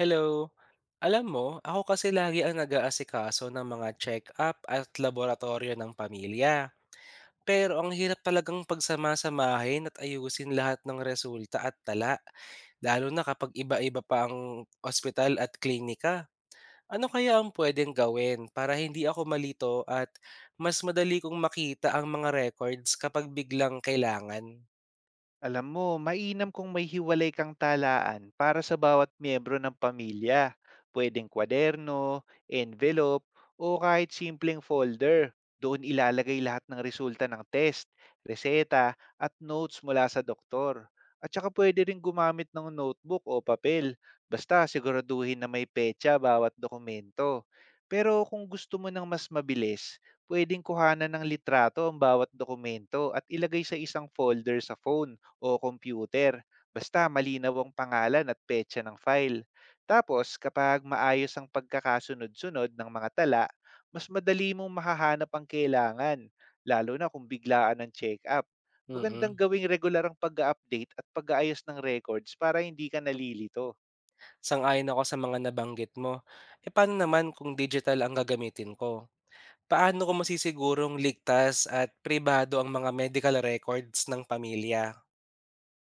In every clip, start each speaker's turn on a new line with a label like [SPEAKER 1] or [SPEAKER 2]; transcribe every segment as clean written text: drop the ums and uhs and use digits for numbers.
[SPEAKER 1] Hello. Alam mo, ako kasi lagi ang nag-aasikaso ng mga check-up at laboratorio ng pamilya. Pero ang hirap talagang pagsamasamahin at ayusin lahat ng resulta at tala, lalo na kapag iba-iba pa ang ospital at klinika. Ano kaya ang pwedeng gawin para hindi ako malito at mas madali kong makita ang mga records kapag biglang kailangan?
[SPEAKER 2] Alam mo, mainam kung may hiwalay kang talaan para sa bawat miyembro ng pamilya. Pwedeng kwaderno, envelope, o kahit simpleng folder. Doon ilalagay lahat ng resulta ng test, reseta, at notes mula sa doktor. At saka pwede rin gumamit ng notebook o papel. Basta siguraduhin na may petsa bawat dokumento. Pero kung gusto mo ng mas mabilis, pwedeng kuhanan ng litrato ang bawat dokumento at ilagay sa isang folder sa phone o computer, basta malinaw ang pangalan at petsa ng file. Tapos, kapag maayos ang pagkakasunod-sunod ng mga tala, mas madali mong makahanap ang kailangan, lalo na kung biglaan ang check-up. Magandang
[SPEAKER 1] Mm-mm.
[SPEAKER 2] gawing regular ang pag-update at pag-aayos ng records para hindi ka nalilito.
[SPEAKER 1] Sang-ayon ako sa mga nabanggit mo. E paano naman kung digital ang gagamitin ko? Paano ko masisigurong ligtas at pribado ang mga medical records ng pamilya?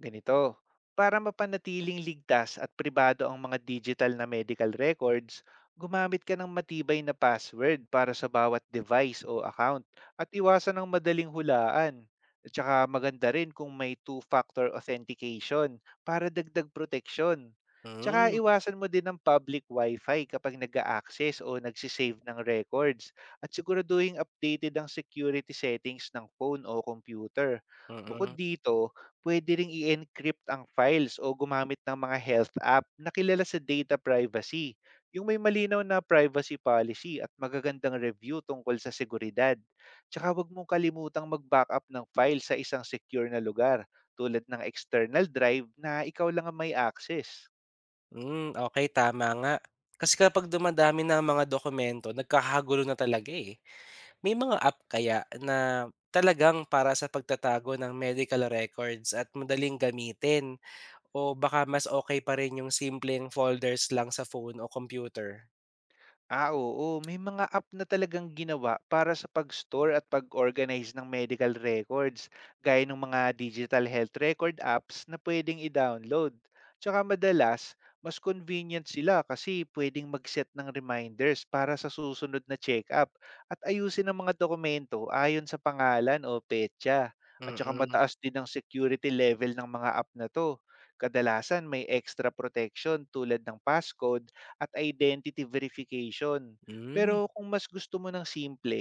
[SPEAKER 2] Ganito, para mapanatiling ligtas at pribado ang mga digital na medical records, gumamit ka ng matibay na password para sa bawat device o account at iwasan ang madaling hulaan. At saka maganda rin kung may two-factor authentication para dagdag protection. Tsaka
[SPEAKER 1] Hmm,
[SPEAKER 2] iwasan mo din ang public wifi kapag nag access o nagsisave ng records at siguraduhin updated ang security settings ng phone o computer. Bukod
[SPEAKER 1] mm.
[SPEAKER 2] dito, puwede ring i-encrypt ang files o gumamit ng mga health app na kilala sa data privacy, yung may malinaw na privacy policy at magagandang review tungkol sa seguridad. Tsaka huwag mong kalimutang mag-backup ng file sa isang secure na lugar tulad ng external drive na ikaw lang ang may access.
[SPEAKER 1] Hmm, okey tama nga. Kasi kapag dumadami na ang mga dokumento nagkakagulo na talaga, eh. May mga app kaya na talagang para sa pagtatago ng medical records at madaling gamitin o baka mas okay pa rin yung simpleng folders lang sa phone o computer?
[SPEAKER 2] Ah, oo. May mga app na talagang ginawa para sa pag-store at pag-organize ng medical records, gaya ng mga digital health record apps na pwedeng i-download. Tsaka madalas, mas convenient sila kasi pwedeng mag-set ng reminders para sa susunod na check-up at ayusin ang mga dokumento ayon sa pangalan o petsa. At saka
[SPEAKER 1] Mm-mm.
[SPEAKER 2] mataas din ang security level ng mga app na to. Kadalasan may extra protection tulad ng passcode at identity verification.
[SPEAKER 1] Mm,
[SPEAKER 2] Pero
[SPEAKER 1] hmm.
[SPEAKER 2] kung mas gusto mo ng simple,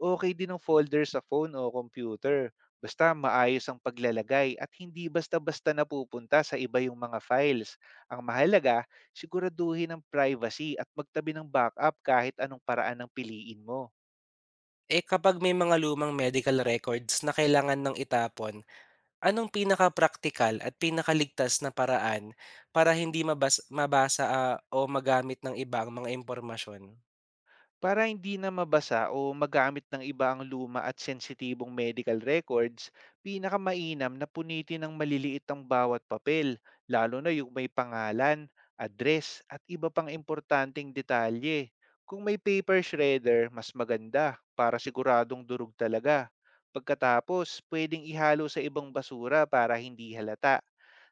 [SPEAKER 2] okay din ang folder sa phone o computer. Basta maayos ang paglalagay at hindi basta-basta napupunta sa iba yung mga files. Ang mahalaga, siguraduhin ang privacy at magtabi ng backup kahit anong paraan ang piliin mo.
[SPEAKER 1] Eh, kapag may mga lumang medical records na kailangan ng itapon. Anong pinaka practical at pinakaligtas na paraan para hindi mabasa, ah, o magamit ng iba ang mga impormasyon?
[SPEAKER 2] Para hindi na mabasa o magamit ng iba ang luma at sensitibong medical records, pinakamainam na punitin ng maliliit ang bawat papel, lalo na yung may pangalan, address at iba pang importanteng detalye. Kung may paper shredder, mas maganda para siguradong durog talaga. Pagkatapos, pwedeng ihalo sa ibang basura para hindi halata.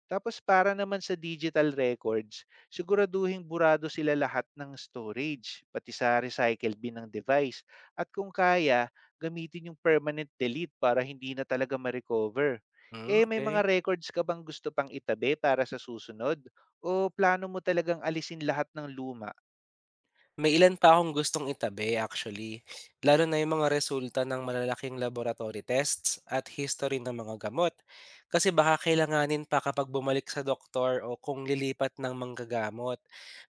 [SPEAKER 2] Tapos para naman sa digital records, siguraduhing burado sila lahat ng storage, pati sa recycle bin ng device. At kung kaya, gamitin yung permanent delete para hindi na talaga ma-recover.
[SPEAKER 1] Hmm,
[SPEAKER 2] Eh, may
[SPEAKER 1] okey.
[SPEAKER 2] mga records ka bang gusto pang itabi para sa susunod? O plano mo talagang alisin lahat ng luma?
[SPEAKER 1] May ilan pa akong gustong itabi actually, lalo na yung mga resulta ng malalaking laboratory tests at history ng mga gamot. Kasi baka kailanganin pa kapag bumalik sa doktor o kung lilipat ng manggagamot.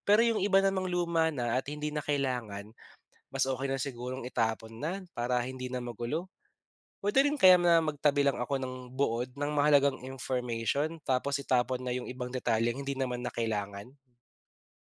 [SPEAKER 1] Pero yung iba namang luma na at hindi na kailangan, mas okey na sigurong itapon na para hindi na magulo. Puwede rin kaya na magtabi lang ako ng buod ng mahalagang information tapos itapon na yung ibang detalyeng hindi naman na kailangan?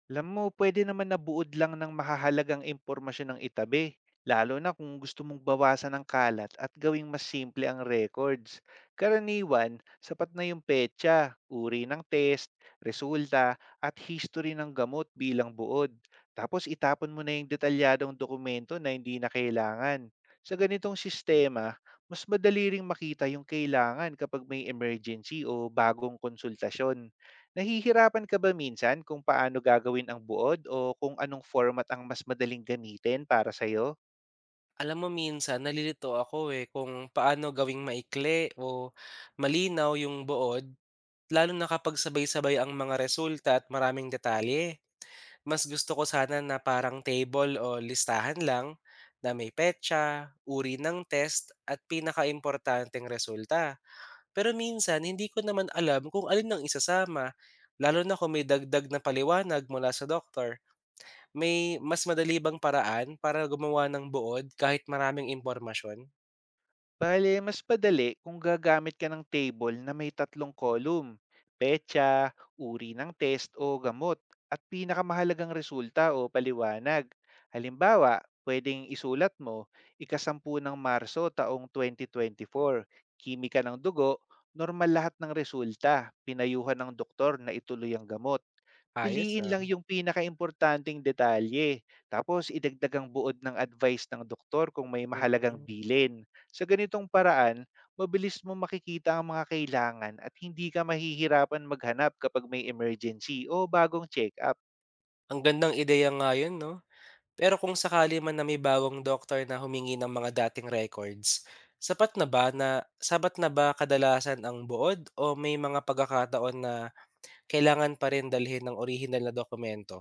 [SPEAKER 2] Alam mo, puwede naman na buod lang ng mahahalagang impormasyon ng itabi, lalo na kung gusto mong bawasan ng kalat at gawing mas simple ang records. Karaniwan, sapat na yung petsa, uri ng test, resulta, at history ng gamot bilang buod. Tapos itapon mo na yung detalyadong dokumento na hindi na kailangan. Sa ganitong sistema, mas madali ring makita yung kailangan kapag may emergency o bagong konsultasyon. Nahihirapan ka ba minsan kung paano gagawin ang buod o kung anong format ang mas madaling gamitin para sa'yo?
[SPEAKER 1] Alam mo minsan nalilito ako, eh, kung paano gawing maikli o malinaw yung buod lalo na kapag sabay-sabay ang mga resulta at maraming detalye. Mas gusto ko sana na parang table o listahan lang na may petsa, uri ng test at pinakaimportanteng resulta. Pero minsan hindi ko naman alam kung alin ang isasama, lalo na kung may dagdag na paliwanag mula sa doktor. May mas madali bang paraan para gumawa ng buod kahit maraming impormasyon?
[SPEAKER 2] Bale, mas padali kung gagamit ka ng table na may tatlong column, petsa, uri ng test o gamot, at pinakamahalagang resulta o paliwanag. Halimbawa, pwedeng isulat mo, ikasampu ng Marso taong 2024, kimika ng dugo, normal lahat ng resulta, pinayuhan ng doktor na ituloy ang gamot.
[SPEAKER 1] Ayos,
[SPEAKER 2] Piliin
[SPEAKER 1] ah,
[SPEAKER 2] lang yung pinakaimportanteng detalye, tapos idagdag ang buod ng advice ng doktor kung may mahalagang
[SPEAKER 1] mm.
[SPEAKER 2] bilin. Sa ganitong paraan, mabilis mo makikita ang mga kailangan at hindi ka mahihirapan maghanap kapag may emergency o bagong check-up.
[SPEAKER 1] Ang gandang ideya nga 'yun 'no. Pero kung sakali man na may bagong doktor na humingi ng mga dating records, sapat na ba kadalasan ang buod o may mga pagkakataon na kailangan pa rin dalhin ng orihinal na dokumento?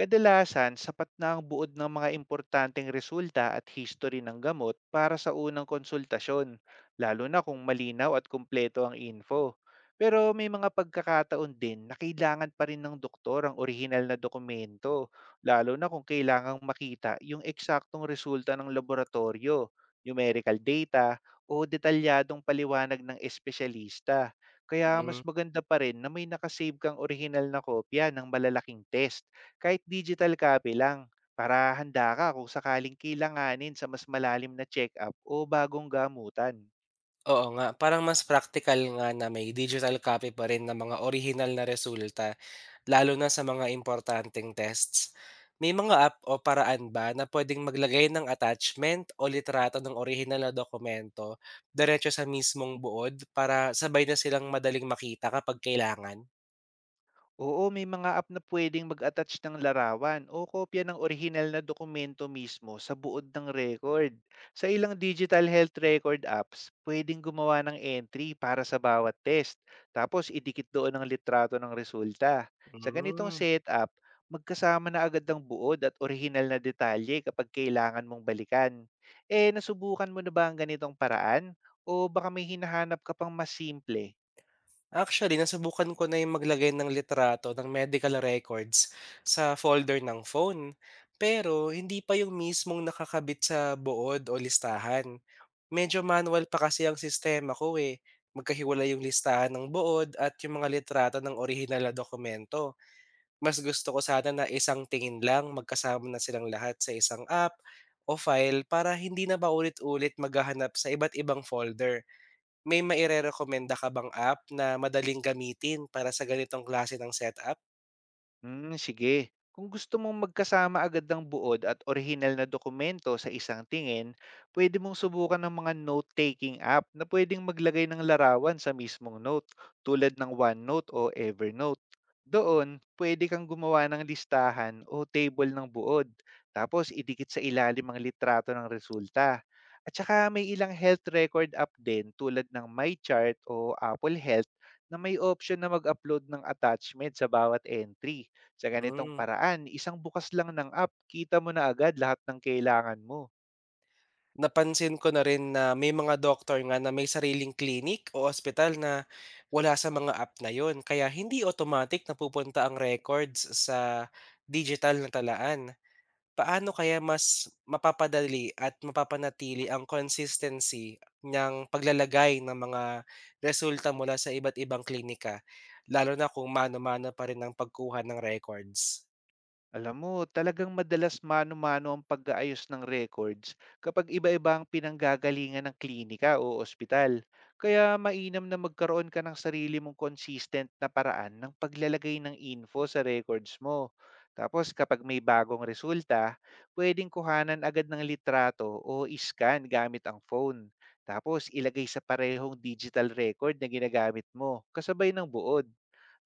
[SPEAKER 2] Kadalasan, sapat na ang buod ng mga importanteng resulta at history ng gamot para sa unang konsultasyon, lalo na kung malinaw at kumpleto ang info. Pero may mga pagkakataon din na kailangan pa rin ng doktor ang orihinal na dokumento, lalo na kung kailangang makita yung eksaktong resulta ng laboratorio, numerical data, o detalyadong paliwanag ng espesyalista. Kaya mas
[SPEAKER 1] Hmm.
[SPEAKER 2] maganda pa rin na may nakasave kang orihinal na kopya ng malalaking test kahit digital copy lang para handa ka kung sakaling kailanganin sa mas malalim na check-up o bagong gamutan.
[SPEAKER 1] Oo nga, parang mas praktikal nga na may digital copy pa rin ng mga orihinal na resulta, lalo na sa mga importanteng tests. May mga app o paraan ba na pwedeng maglagay ng attachment o litrato ng orihinal na dokumento diretso sa mismong buod para sabay na silang madaling makita kapag kailangan?
[SPEAKER 2] Oo, may mga app na pwedeng mag-attach ng larawan o kopya ng orihinal na dokumento mismo sa buod ng record. Sa ilang digital health record apps, pwedeng gumawa ng entry para sa bawat test, tapos idikit doon ang litrato ng resulta. Sa ganitong
[SPEAKER 1] Hmm.
[SPEAKER 2] setup, magkasama na agad ang buod at orihinal na detalye kapag kailangan mong balikan. Eh, nasubukan mo na ba ang ganitong paraan? O baka may hinahanap ka pang mas simple?
[SPEAKER 1] Actually, nasubukan ko na yung maglagay ng litrato ng medical records sa folder ng phone. Pero hindi pa yung mismong nakakabit sa buod o listahan. Medyo manual pa kasi ang sistema ko eh. Magkahiwalay yung listahan ng buod at yung mga litrato ng orihinal na dokumento. Mas gusto ko sana na isang tingin lang magkasama na silang lahat sa isang app o file para hindi na paulit-ulit maghahanap sa iba't ibang folder. May mairerekomenda ka bang app na madaling gamitin para sa ganitong klase ng setup?
[SPEAKER 2] Hmm, sige. Kung gusto mong magkasama agad ng buod at orihinal na dokumento sa isang tingin, pwede mong subukan ng mga note-taking app na pwedeng maglagay ng larawan sa mismong note, tulad ng OneNote o Evernote. Doon, pwede kang gumawa ng listahan o table ng buod, tapos idikit sa ilalim ang litrato ng resulta. At saka may ilang health record app din tulad ng MyChart o Apple Health na may option na mag-upload ng attachment sa bawat entry. Sa ganitong
[SPEAKER 1] Hmm,
[SPEAKER 2] paraan, isang bukas lang ng app, kita mo na agad lahat ng kailangan mo.
[SPEAKER 1] napansin ko na rin na may mga doktor nga na may sariling clinic o ospital na wala sa mga app na yon. Kaya hindi automatic na pupunta ang records sa digital na talaan. Paano kaya mas mapapadali at mapapanatili ang consistency ng paglalagay ng mga resulta mula sa iba't ibang klinika, lalo na kung mano-mano pa rin ang pagkuha ng records?
[SPEAKER 2] Alam mo, talagang madalas mano-mano ang pag-aayos ng records kapag iba-iba ang pinanggagalingan ng klinika o ospital. Kaya mainam na magkaroon ka ng sarili mong consistent na paraan ng paglalagay ng info sa records mo. Tapos kapag may bagong resulta, pwedeng kuhanan agad ng litrato o iskan gamit ang phone. Tapos ilagay sa parehong digital record na ginagamit mo kasabay ng buod.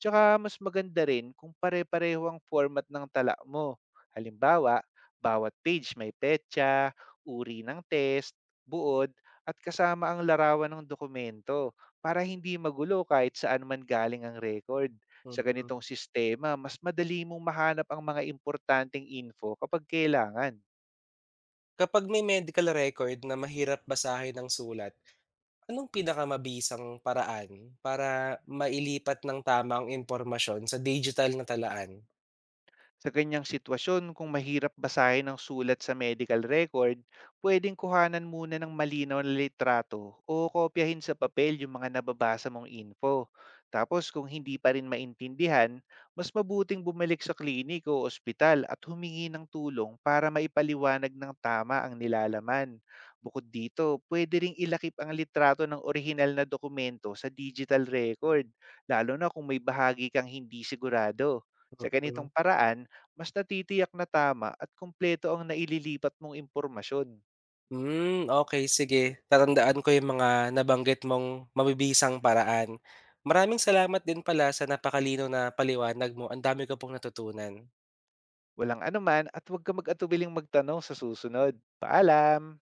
[SPEAKER 2] Tsaka mas maganda rin kung pare-pareho ang format ng tala mo. Halimbawa, bawat page may petsa, uri ng test, buod, at kasama ang larawan ng dokumento para hindi magulo kahit saan man galing ang record. Sa
[SPEAKER 1] Mm.
[SPEAKER 2] ganitong sistema, mas madali mong mahanap ang mga importanteng info kapag kailangan.
[SPEAKER 1] Kapag may medical record na mahirap basahin ng sulat, anong pinakamabisang paraan para mailipat ng tamang ang impormasyon sa digital na talaan?
[SPEAKER 2] Sa ganyang sitwasyon, kung mahirap basahin ang sulat sa medical record, pwedeng kuhanan muna ng malinaw na litrato o kopyahin sa papel yung mga nababasa mong info. Tapos kung hindi pa rin maintindihan, mas mabuting bumalik sa klinik o ospital at humingi ng tulong para maipaliwanag ng tama ang nilalaman. Bukod dito, pwede ring ilakip ang litrato ng orihinal na dokumento sa digital record, lalo na kung may bahagi kang hindi sigurado. Sa
[SPEAKER 1] Mm.
[SPEAKER 2] ganitong paraan, mas natitiyak na tama at kumpleto ang naililipat mong impormasyon.
[SPEAKER 1] Hmm, okay. Sige tatandaan ko yung mga nabanggit mong mabibisang paraan. Maraming salamat din pala sa napakalino na paliwanag mo, ang dami ko pong natutunan.
[SPEAKER 2] Walang anuman at huwag ka mag-atubiling magtanong sa susunod. Paalam!